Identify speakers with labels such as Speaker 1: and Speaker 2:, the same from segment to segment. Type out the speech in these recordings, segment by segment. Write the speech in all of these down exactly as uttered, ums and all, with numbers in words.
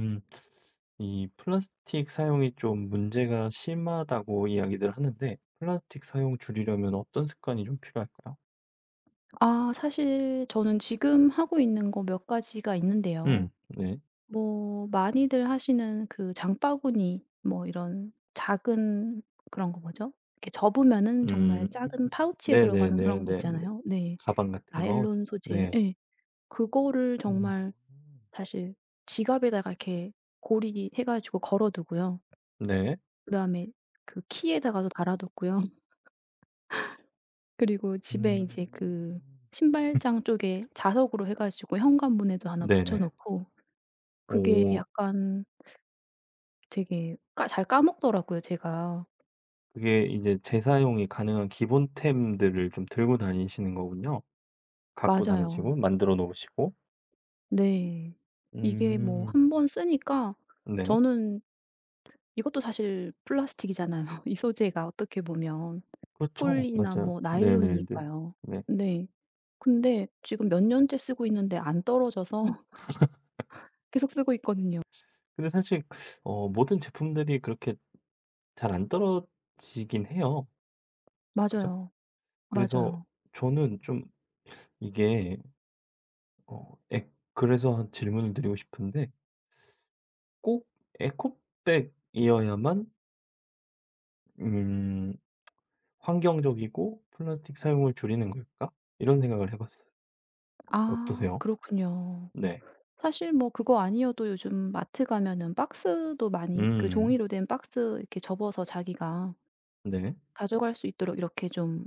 Speaker 1: 음, 이 플라스틱 사용이 좀 문제가 심하다고 이야기들 하는데, 플라스틱 사용 줄이려면 어떤 습관이 좀 필요할까요?
Speaker 2: 아 사실 저는 지금 하고 있는 거 몇 가지가 있는데요.
Speaker 1: 음, 네.
Speaker 2: 뭐 많이들 하시는 그 장바구니 뭐 이런 작은 그런 거 뭐죠? 이렇게 접으면은 정말
Speaker 1: 음,
Speaker 2: 작은 파우치에 들어가는 그런 거
Speaker 1: 네네네네네.
Speaker 2: 있잖아요. 네.
Speaker 1: 가방 같은 거.
Speaker 2: 나일론 소재
Speaker 1: 네.
Speaker 2: 예. 그거를
Speaker 1: 음,
Speaker 2: 정말 사실 지갑에다가 이렇게 고리 해 가지고 걸어 두고요.
Speaker 1: 네.
Speaker 2: 그다음에 그 키에다가도 달아 뒀고요. 그리고 집에 이제
Speaker 1: 음,
Speaker 2: 그 신발장 쪽에 자석으로 해 가지고 현관문에도 하나 붙여
Speaker 1: 네네.
Speaker 2: 놓고 그게
Speaker 1: 오,
Speaker 2: 약간 되게 까 잘 까먹더라고요 제가.
Speaker 1: 그게 이제 재사용이 가능한 기본템들을 좀 들고 다니시는 거군요. 갖고 다니시고,
Speaker 2: 맞아요.
Speaker 1: 만들어 놓으시고.
Speaker 2: 네. 이게 뭐
Speaker 1: 음,
Speaker 2: 한 번 쓰니까
Speaker 1: 네.
Speaker 2: 저는 이것도 사실 플라스틱이잖아요 이 소재가 어떻게 보면.
Speaker 1: 그렇죠.
Speaker 2: 폴리나
Speaker 1: 맞아요.
Speaker 2: 뭐
Speaker 1: 네네네.
Speaker 2: 나일론이니까요.
Speaker 1: 네.
Speaker 2: 네. 근데 지금 몇 년째 쓰고 있는데 안 떨어져서 계속 쓰고 있거든요.
Speaker 1: 근데 사실 어 모든 제품들이 그렇게 잘 안 떨어지긴 해요. 그죠?
Speaker 2: 맞아요.
Speaker 1: 그래서
Speaker 2: 맞아요.
Speaker 1: 저는 좀 이게 어 에 그래서 한 질문을 드리고 싶은데 꼭 에코백이어야만 음 '환경적이고 플라스틱 사용을 줄이는 걸까?' 이런 생각을 해 봤어요.
Speaker 2: 아
Speaker 1: 어떠세요?
Speaker 2: 그렇군요.
Speaker 1: 네.
Speaker 2: 사실 뭐 그거 아니어도 요즘 마트 가면은 박스도 많이 그
Speaker 1: 음.
Speaker 2: 종이로 된 박스 이렇게 접어서 자기가
Speaker 1: 네.
Speaker 2: 가져갈 수 있도록 이렇게 좀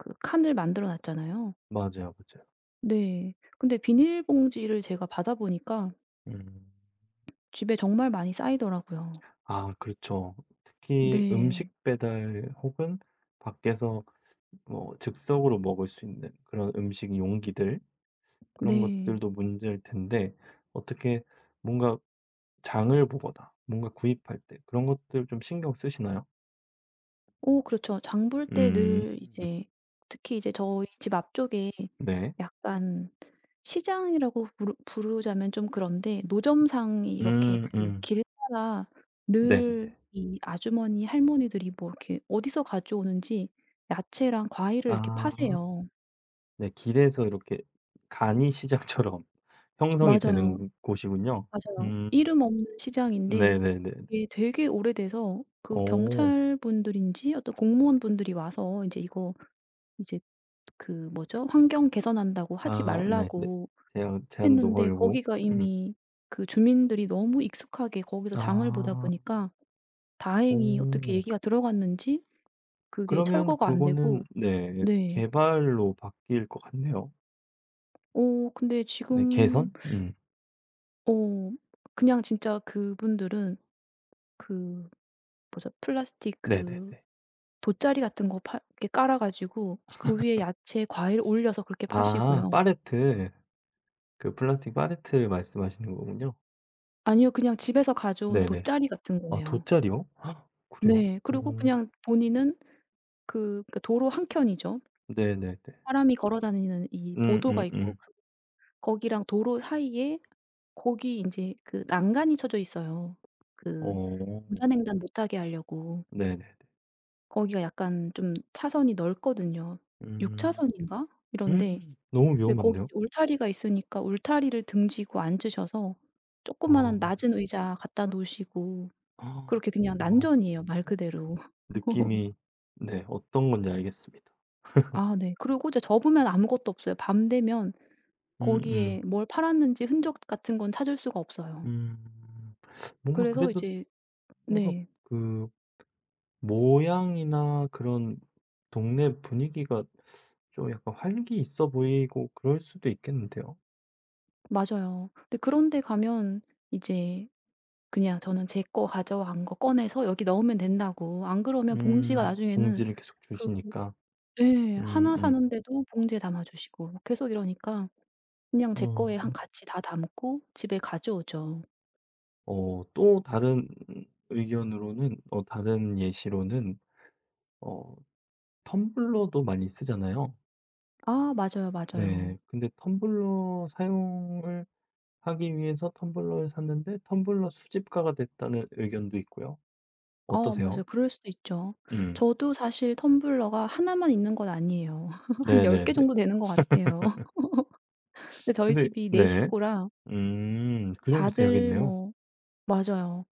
Speaker 2: 그 칸을 만들어 놨잖아요.
Speaker 1: 맞아요, 맞아요.
Speaker 2: 네. 근데 비닐봉지를 제가 받아 보니까
Speaker 1: 음.
Speaker 2: 집에 정말 많이 쌓이더라고요.
Speaker 1: 아 그렇죠. 특히 음식
Speaker 2: 네.
Speaker 1: 배달 혹은 밖에서 뭐 즉석으로 먹을 수 있는 그런 음식 용기들 그런
Speaker 2: 네.
Speaker 1: 것들도 문제일 텐데 어떻게 뭔가 장을 보거나 뭔가 구입할 때 그런 것들 좀 신경 쓰시나요?
Speaker 2: 어 그렇죠. 장볼 때
Speaker 1: 음.
Speaker 2: 늘 이제 특히 이제 저희 집 앞쪽에
Speaker 1: 네.
Speaker 2: 약간 시장이라고 부르 부르자면 좀 그런데 노점상이 이렇게
Speaker 1: 음
Speaker 2: 그
Speaker 1: 음.
Speaker 2: 길 따라 늘
Speaker 1: 네네.
Speaker 2: 이 아주머니 할머니들이 뭐 이렇게 어디서 가져오는지 야채랑 과일을 이렇게
Speaker 1: 아.
Speaker 2: 파세요.
Speaker 1: 네 길에서 이렇게 간이 시장처럼 형성이
Speaker 2: 맞아요.
Speaker 1: 되는 곳이군요.
Speaker 2: 맞아요.
Speaker 1: 음.
Speaker 2: 이름 없는 시장인데
Speaker 1: 네네네네.
Speaker 2: 이게 되게 오래돼서 그
Speaker 1: 어.
Speaker 2: 경찰분들인지 어떤 공무원분들이 와서 인제 이거 이제 그 뭐죠? 환경 개선한다고 하지
Speaker 1: 아 네. 네.
Speaker 2: 말라고
Speaker 1: 제한 제한도
Speaker 2: 했는데
Speaker 1: 걸고.
Speaker 2: 거기가
Speaker 1: 음.
Speaker 2: 이미 그 주민들이 너무 익숙하게 거기서 장을 보다
Speaker 1: 아.
Speaker 2: 보니까 다행히 어떻게
Speaker 1: 오.
Speaker 2: 얘기가 들어갔는지 그게
Speaker 1: 그러면
Speaker 2: 철거가 안
Speaker 1: 그거는
Speaker 2: 되고
Speaker 1: 네
Speaker 2: 네.
Speaker 1: 개발로 바뀔 것 같네요.
Speaker 2: 어 근데
Speaker 1: 네
Speaker 2: 지금
Speaker 1: 개선? 음.
Speaker 2: 어 그냥 진짜 그분들은 그 뭐죠? 플라스틱 그
Speaker 1: 네네네.
Speaker 2: 돗자리 같은 거 파 이렇게 깔아 가지고 그 위에 야채, 과일 올려서 그렇게
Speaker 1: 아
Speaker 2: 파시고요.
Speaker 1: 팔레트. 그 플라스틱 팔레트를 말씀하시는 거군요.
Speaker 2: 아니요. 그냥 집에서 가져온
Speaker 1: 네네.
Speaker 2: 돗자리 같은
Speaker 1: 아
Speaker 2: 거예요.
Speaker 1: 돗자리요? 헉, 그래요?
Speaker 2: 네. 그리고
Speaker 1: 음.
Speaker 2: 그냥 본인은 그 그러니까 도로 한켠이죠.
Speaker 1: 네네네.
Speaker 2: 사람이 걸어 다니는 이
Speaker 1: 음
Speaker 2: 보도가 있고
Speaker 1: 음음.
Speaker 2: 그 거기랑 도로 사이에 거기 인제 그 난간이 쳐져 있어요. 그
Speaker 1: 어.
Speaker 2: 무단횡단 못 하게 하려고.
Speaker 1: 네네네.
Speaker 2: 거기가 약간 좀 차선이 넓거든요. 육
Speaker 1: 음.
Speaker 2: 차선인가? 이런데
Speaker 1: 음 너무
Speaker 2: 근데 거기
Speaker 1: 위험한데요?
Speaker 2: 울타리가 있으니까 울타리를 등지고 앉으셔서
Speaker 1: 어.
Speaker 2: 조그마한 낮은 의자 갖다 놓으시고
Speaker 1: 헉,
Speaker 2: 그렇게 그냥
Speaker 1: 어.
Speaker 2: 난전이에요 말 그대로.
Speaker 1: 느낌이 네 어떤 건지 알겠습니다.
Speaker 2: 아 네. 그리고 이제 접으면 아무것도 없어요. 밤 되면
Speaker 1: 음음. 음.
Speaker 2: 거기에 뭘 팔았는지 흔적 같은 건 찾을 수가 없어요.
Speaker 1: 음. 뭔가
Speaker 2: 그래서
Speaker 1: 그래도
Speaker 2: 이제
Speaker 1: 뭔가
Speaker 2: 네.
Speaker 1: 그 모양이나 그런 동네 분위기가 좀 약간 활기 있어 보이고 그럴 수도 있겠는데요.
Speaker 2: 맞아요. 근데 그런 데 가면 이제 그냥 저는 제 거 가져간 거 꺼내서 여기 넣으면 된다고 안 그러면 봉지가
Speaker 1: 음.
Speaker 2: 나중에는
Speaker 1: 봉지를 계속
Speaker 2: 그
Speaker 1: 주시니까.
Speaker 2: 예.
Speaker 1: 음음.
Speaker 2: 나
Speaker 1: 음.
Speaker 2: 사는데도 봉지에 담아 주시고 계속 이러니까 그냥 제 거에 한
Speaker 1: 어
Speaker 2: 같이 다 담고 집에 가져오죠.
Speaker 1: 어, 또 다른 의견으로는 어 다른 예시로는 어 텀블러도 많이 쓰잖아요.
Speaker 2: 아 맞아요,
Speaker 1: 네.
Speaker 2: 맞아요.
Speaker 1: 근데 텀블러 사용을 하기 위해서 텀블러를 샀는데 텀블러 수집가가 됐다는 의견도 있고요.
Speaker 2: 어
Speaker 1: 어떠세요?
Speaker 2: 맞아요. 그럴 수도 있죠.
Speaker 1: 음.
Speaker 2: 저도 사실 텀블러가 하나만 있는 건 아니에요. 한 10
Speaker 1: 네네네.
Speaker 2: 개 정도 되는 것 같아요. 근데 저희
Speaker 1: 근데
Speaker 2: 집이 네
Speaker 1: 네.
Speaker 2: 식구라
Speaker 1: 음. 그 정도
Speaker 2: 다들
Speaker 1: 돼야겠네요.
Speaker 2: 뭐 맞아요.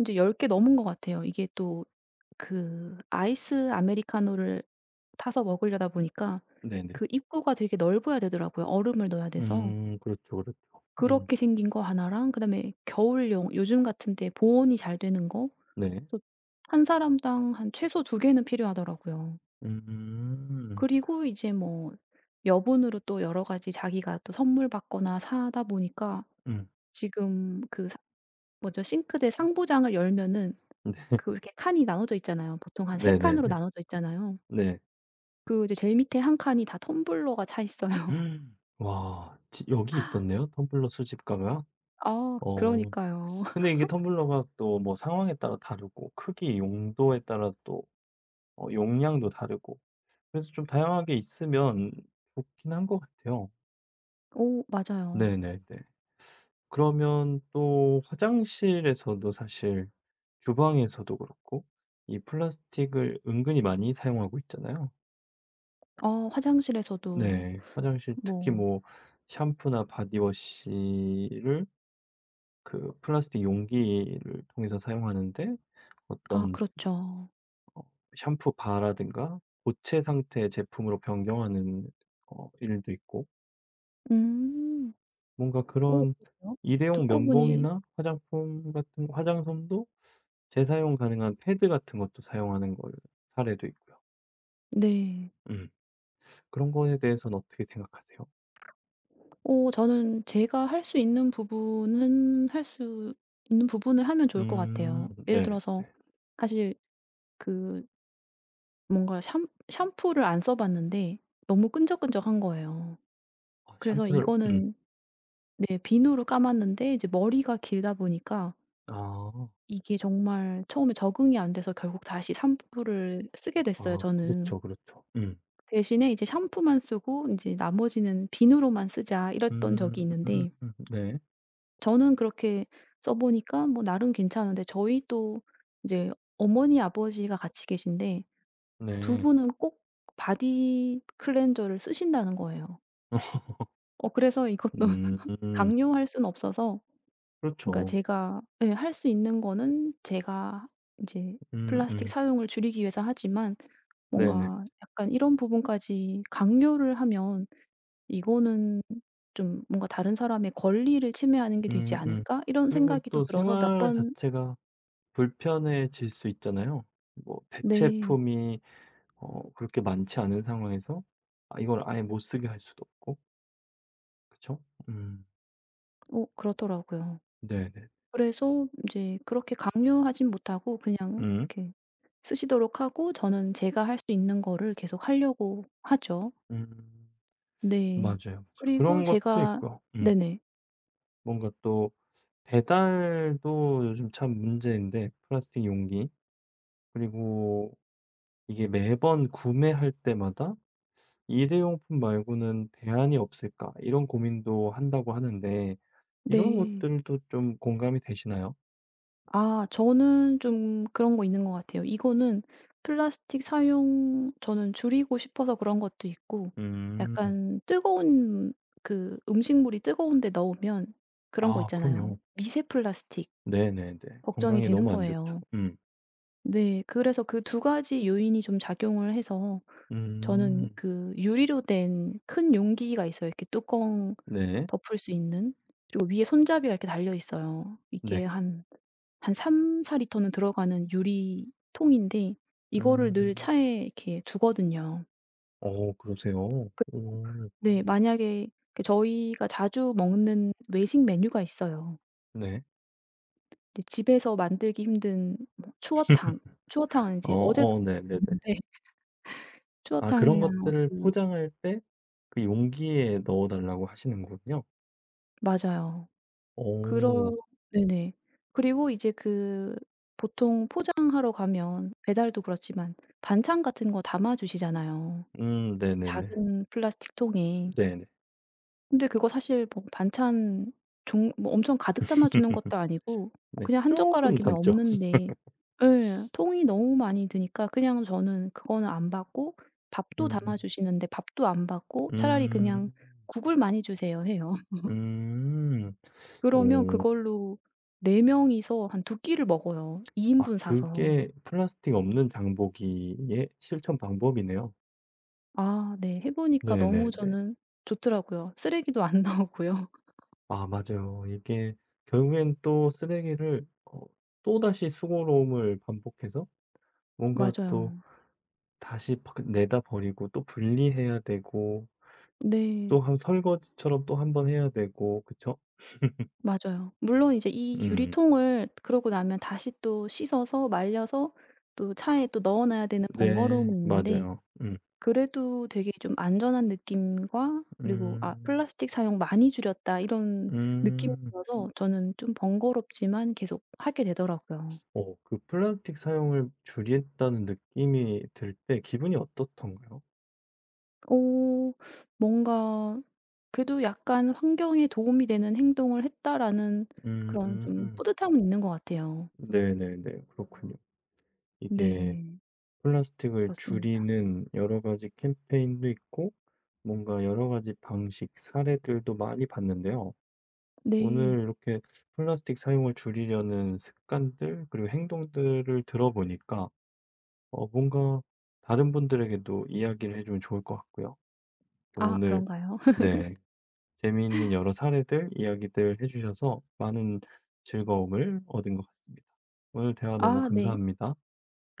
Speaker 2: 이제열 개 넘은 것 같아요. 이게 또 그 아이스 아메리카노를 타서 먹으려다 보니까
Speaker 1: 네네.
Speaker 2: 그 입구가 되게 넓어야 되더라고요, 얼음을 넣어야 돼서.
Speaker 1: 음. 그렇죠, 그렇죠. 음.
Speaker 2: 그렇게 생긴 거 하나랑 그다음에 겨울용 요즘 같은 때 보온이 잘 되는 거.
Speaker 1: 네.
Speaker 2: 그래서 한 사람당 한 최소 두 개는 필요하더라고요.
Speaker 1: 음.
Speaker 2: 그리고 이제 뭐 여분으로 또 여러 가지 자기가 또 선물 받거나 사다 보니까
Speaker 1: 음.
Speaker 2: 지금 그 사 뭐죠? 싱크대 상부장을 열면은 그 이렇게 칸이 나눠져 있잖아요. 보통 한 세
Speaker 1: 네네네.
Speaker 2: 칸으로 나눠져 있잖아요.
Speaker 1: 네.
Speaker 2: 그 이제 제일 밑에 한 칸이 다 텀블러가 차 있어요.
Speaker 1: 와. 지 여기 있었네요, 텀블러 수집가가.
Speaker 2: 아
Speaker 1: 어.
Speaker 2: 그러니까요.
Speaker 1: 근데 이게 텀블러가 또 뭐 상황에 따라 다르고 크기, 용도에 따라 또 어 용량도 다르고 그래서 좀 다양하게 있으면 좋긴 한 것 같아요.
Speaker 2: 오 맞아요.
Speaker 1: 네네네. 그러면 또 화장실에서도 사실 주방에서도 그렇고 이 플라스틱을 은근히 많이 사용하고 있잖아요.
Speaker 2: 아 화장실에서도
Speaker 1: 네. 화장실 특히
Speaker 2: 뭐
Speaker 1: 뭐 샴푸나 바디워시를 그 플라스틱 용기를 통해서 사용하는데
Speaker 2: 아
Speaker 1: 어떤
Speaker 2: 그렇죠.
Speaker 1: 어 샴푸바라든가 고체 상태의 제품으로 변경하는 어 일도 있고
Speaker 2: 음.
Speaker 1: 뭔가
Speaker 2: 오
Speaker 1: 그런
Speaker 2: 그래요?
Speaker 1: 일회용
Speaker 2: 듣고 보니
Speaker 1: 면봉이나 화장품 같은 화장솜도 재사용 가능한 패드 같은 것도 사용하는 걸 사례도 있고요.
Speaker 2: 네.
Speaker 1: 음. 그런 거에 대해서는 어떻게 생각하세요?
Speaker 2: 어 저는 제가 할 수 있는 부분은 할 수 있는 부분을 하면 좋을 것
Speaker 1: 음.
Speaker 2: 같아요. 예를
Speaker 1: 네네네.
Speaker 2: 들어서 사실 그 뭔가 샴 샴푸를 안 써 봤는데 너무 끈적끈적한 거예요.
Speaker 1: 아
Speaker 2: 그래서
Speaker 1: 샴푸를 음.
Speaker 2: 이거는 네 비누로 감았는데 이제 머리가 길다 보니까
Speaker 1: 아.
Speaker 2: 이게 정말 처음에 적응이 안 돼서 결국 다시 샴푸를 쓰게 됐어요
Speaker 1: 아
Speaker 2: 저는.
Speaker 1: 그렇죠, 그렇죠. 음.
Speaker 2: 대신에 이제 샴푸만 쓰고 이제 나머지는 비누로만 쓰자 이랬던
Speaker 1: 음.
Speaker 2: 적이 있는데
Speaker 1: 네.
Speaker 2: 저는 그렇게 써 보니까 뭐 나름 괜찮은데 저희 또 이제 어머니 아버지가 같이 계신데 두
Speaker 1: 네.
Speaker 2: 분은 꼭 바디 클렌저를 쓰신다는 거예요. 어 그래서 이것도
Speaker 1: 음.
Speaker 2: 강요할 수는 없어서 그러니까
Speaker 1: 그렇죠.
Speaker 2: 제가 예 할 수 있는 거는 제가 이제 플라스틱
Speaker 1: 음음.
Speaker 2: 사용을 줄이기 위해서 하지만
Speaker 1: 네네.
Speaker 2: 뭔가 약간 이런 부분까지 강요를 하면 '이거는 좀 뭔가 다른 사람의 권리를 침해하는 게 되지
Speaker 1: 음음.
Speaker 2: 않을까?' 이런
Speaker 1: 그리고
Speaker 2: 생각이 또
Speaker 1: 또
Speaker 2: 들어서 몇
Speaker 1: 생활
Speaker 2: 번
Speaker 1: 자체가 불편해질 수 있잖아요. 뭐
Speaker 2: 네.
Speaker 1: 대체품이 어 그렇게 많지 않은 상황에서 아 이걸 아예 못 쓰게 할 수도 없고. 그쵸? 음.
Speaker 2: 어 그렇더라고요
Speaker 1: 네네.
Speaker 2: 그래서 이제 그렇게 강요하진 못하고 그냥
Speaker 1: 음.
Speaker 2: 이렇게 쓰시도록 하고 저는 제가 할 수 있는 거를 계속 하려고 하죠.
Speaker 1: 음. 맞아요,
Speaker 2: 네.
Speaker 1: 맞아요.
Speaker 2: 그리고
Speaker 1: 그런 것도
Speaker 2: 제가
Speaker 1: 있고요. 음.
Speaker 2: 네네.
Speaker 1: 뭔가 또 배달도 요즘 참 문제인데 플라스틱 용기. 그리고 이게 매번 구매할 때마다 '일회용품 말고는 대안이 없을까?' 이런 고민도 한다고 하는데 이런
Speaker 2: 네.
Speaker 1: 것들도 좀 공감이 되시나요?
Speaker 2: 아 저는 좀 그런 거 있는 것 같아요. 이거는 플라스틱 사용 저는 줄이고 싶어서 그런 것도 있고
Speaker 1: 음.
Speaker 2: 약간 뜨거운 그 음식물이 뜨거운 데 넣으면 그런 거
Speaker 1: 아 그럼요.
Speaker 2: 있잖아요. 미세 플라스틱
Speaker 1: 네네네.
Speaker 2: 걱정이
Speaker 1: 건강에
Speaker 2: 되는
Speaker 1: 너무 안 좋죠.
Speaker 2: 거예요.
Speaker 1: 음.
Speaker 2: 네. 그래서 그 두 가지 요인이 좀 작용을 해서 저는
Speaker 1: 음.
Speaker 2: 그 유리로 된 큰 용기가 있어요. 이렇게 뚜껑
Speaker 1: 네.
Speaker 2: 덮을 수 있는. 그리고 위에 손잡이가 이렇게 달려 있어요. 이게
Speaker 1: 네.
Speaker 2: 한 한 삼에서 사 리터는 들어가는 유리 통인데 이거를 늘
Speaker 1: 음.
Speaker 2: 차에 이렇게 두거든요.
Speaker 1: 어 그러세요? 오.
Speaker 2: 네. 만약에 그 저희가 자주 먹는 외식 메뉴가 있어요.
Speaker 1: 네.
Speaker 2: 이제 집에서 만들기 힘든 뭐 추어탕. 추어탕은
Speaker 1: 어
Speaker 2: 이제 어제도
Speaker 1: 어 네네네.
Speaker 2: 먹었는데
Speaker 1: 아 그런
Speaker 2: 추어탕이나
Speaker 1: 것들을
Speaker 2: 그
Speaker 1: 포장할 때 그 용기에 넣어 달라고 하시는 거군요.
Speaker 2: 맞아요.
Speaker 1: 오.
Speaker 2: 그런 네네. 그리고 이제 그 보통 포장하러 가면 배달도 그렇지만 반찬 같은 거 담아 주시잖아요,
Speaker 1: 음 네네네.
Speaker 2: 작은 플라스틱 통에.
Speaker 1: 네네.
Speaker 2: 근데 그거 사실 뭐 반찬 종 뭐 엄청 가득 담아 주는 것도 아니고 뭐
Speaker 1: 네.
Speaker 2: 그냥 한
Speaker 1: 조금
Speaker 2: 젓가락이면
Speaker 1: 담죠.
Speaker 2: 없는데 예. 통이 너무 많이 드니까 그냥 저는 그거는 안 받고 밥도 담아
Speaker 1: 음.
Speaker 2: 주시는데 밥도 안 받고 차라리 그냥
Speaker 1: 음.
Speaker 2: "국을 많이 주세요." 해요.
Speaker 1: 음.
Speaker 2: 그러면
Speaker 1: 오.
Speaker 2: 그걸로 네 명이서 한 두 끼를 먹어요, 이
Speaker 1: 아
Speaker 2: 인분 사서.
Speaker 1: 그게 플라스틱 없는 장보기의 실천 방법이네요.
Speaker 2: 아 네. 해 보니까 너무
Speaker 1: 네네네.
Speaker 2: 저는 좋더라고요. 쓰레기도 안 나오고요.
Speaker 1: 아 맞아요. 이게 결국엔 또 쓰레기를 어 또다시 수고로움을 반복해서 뭔가 또
Speaker 2: 맞아요.
Speaker 1: 다시 버- 내다 버리고 또 분리해야 되고
Speaker 2: 네.
Speaker 1: 또 한 설거지처럼 또 한번 해야 되고 그쵸?
Speaker 2: 맞아요. 물론 이제 이
Speaker 1: 음.
Speaker 2: 유리통을 그러고 나면 다시 또 씻어서 말려서 또 차에 또 넣어 놔야 되는 번거로움은
Speaker 1: 네.
Speaker 2: 있는데
Speaker 1: 맞아요. 음.
Speaker 2: 그래도 되게 좀 안전한 느낌과 그리고 '아
Speaker 1: 음.
Speaker 2: 플라스틱 사용 많이 줄였다.' 이런 느낌이
Speaker 1: 음.
Speaker 2: 들어서 저는 좀 번거롭지만 계속 하게 되더라고요.
Speaker 1: 어 그 플라스틱 사용을 줄였다는 느낌이 들 때 기분이 어떻던가요?
Speaker 2: 어 뭔가 그래도 약간 '환경에 도움이 되는 행동을 했다.'라는 그런 좀
Speaker 1: 음.
Speaker 2: 뿌듯함은 있는 것 같아요.
Speaker 1: 네네네. 그렇군요. 이게
Speaker 2: 네.
Speaker 1: 플라스틱을
Speaker 2: 그렇습니다.
Speaker 1: 줄이는 여러 가지 캠페인도 있고 뭔가 여러 가지 방식, 사례들도 많이 봤는데요.
Speaker 2: 네.
Speaker 1: 오늘 이렇게 플라스틱 사용을 줄이려는 습관들 그리고 행동들을 들어보니까 어 뭔가 다른 분들에게도 이야기를 해 주면 좋을 것 같고요. 또
Speaker 2: 아
Speaker 1: 오늘
Speaker 2: 그런가요?
Speaker 1: 네. 재미있는 여러 사례들, 이야기들 해 주셔서 많은 즐거움을 얻은 것 같습니다. 오늘 대화 너무
Speaker 2: 아 네.
Speaker 1: 감사합니다.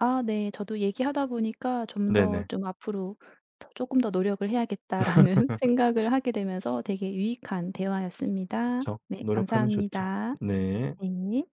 Speaker 2: 아 네. 저도 얘기하다 보니까 좀 더
Speaker 1: 네네.
Speaker 2: 좀 '앞으로 더금더 노력을 해야겠다.'라는 생각을 하게 되면서 되게 유익한 대화였습니다.
Speaker 1: 그쵸.
Speaker 2: 네
Speaker 1: 노력하면 좋죠.
Speaker 2: 감사합니다.
Speaker 1: 네.
Speaker 2: 네.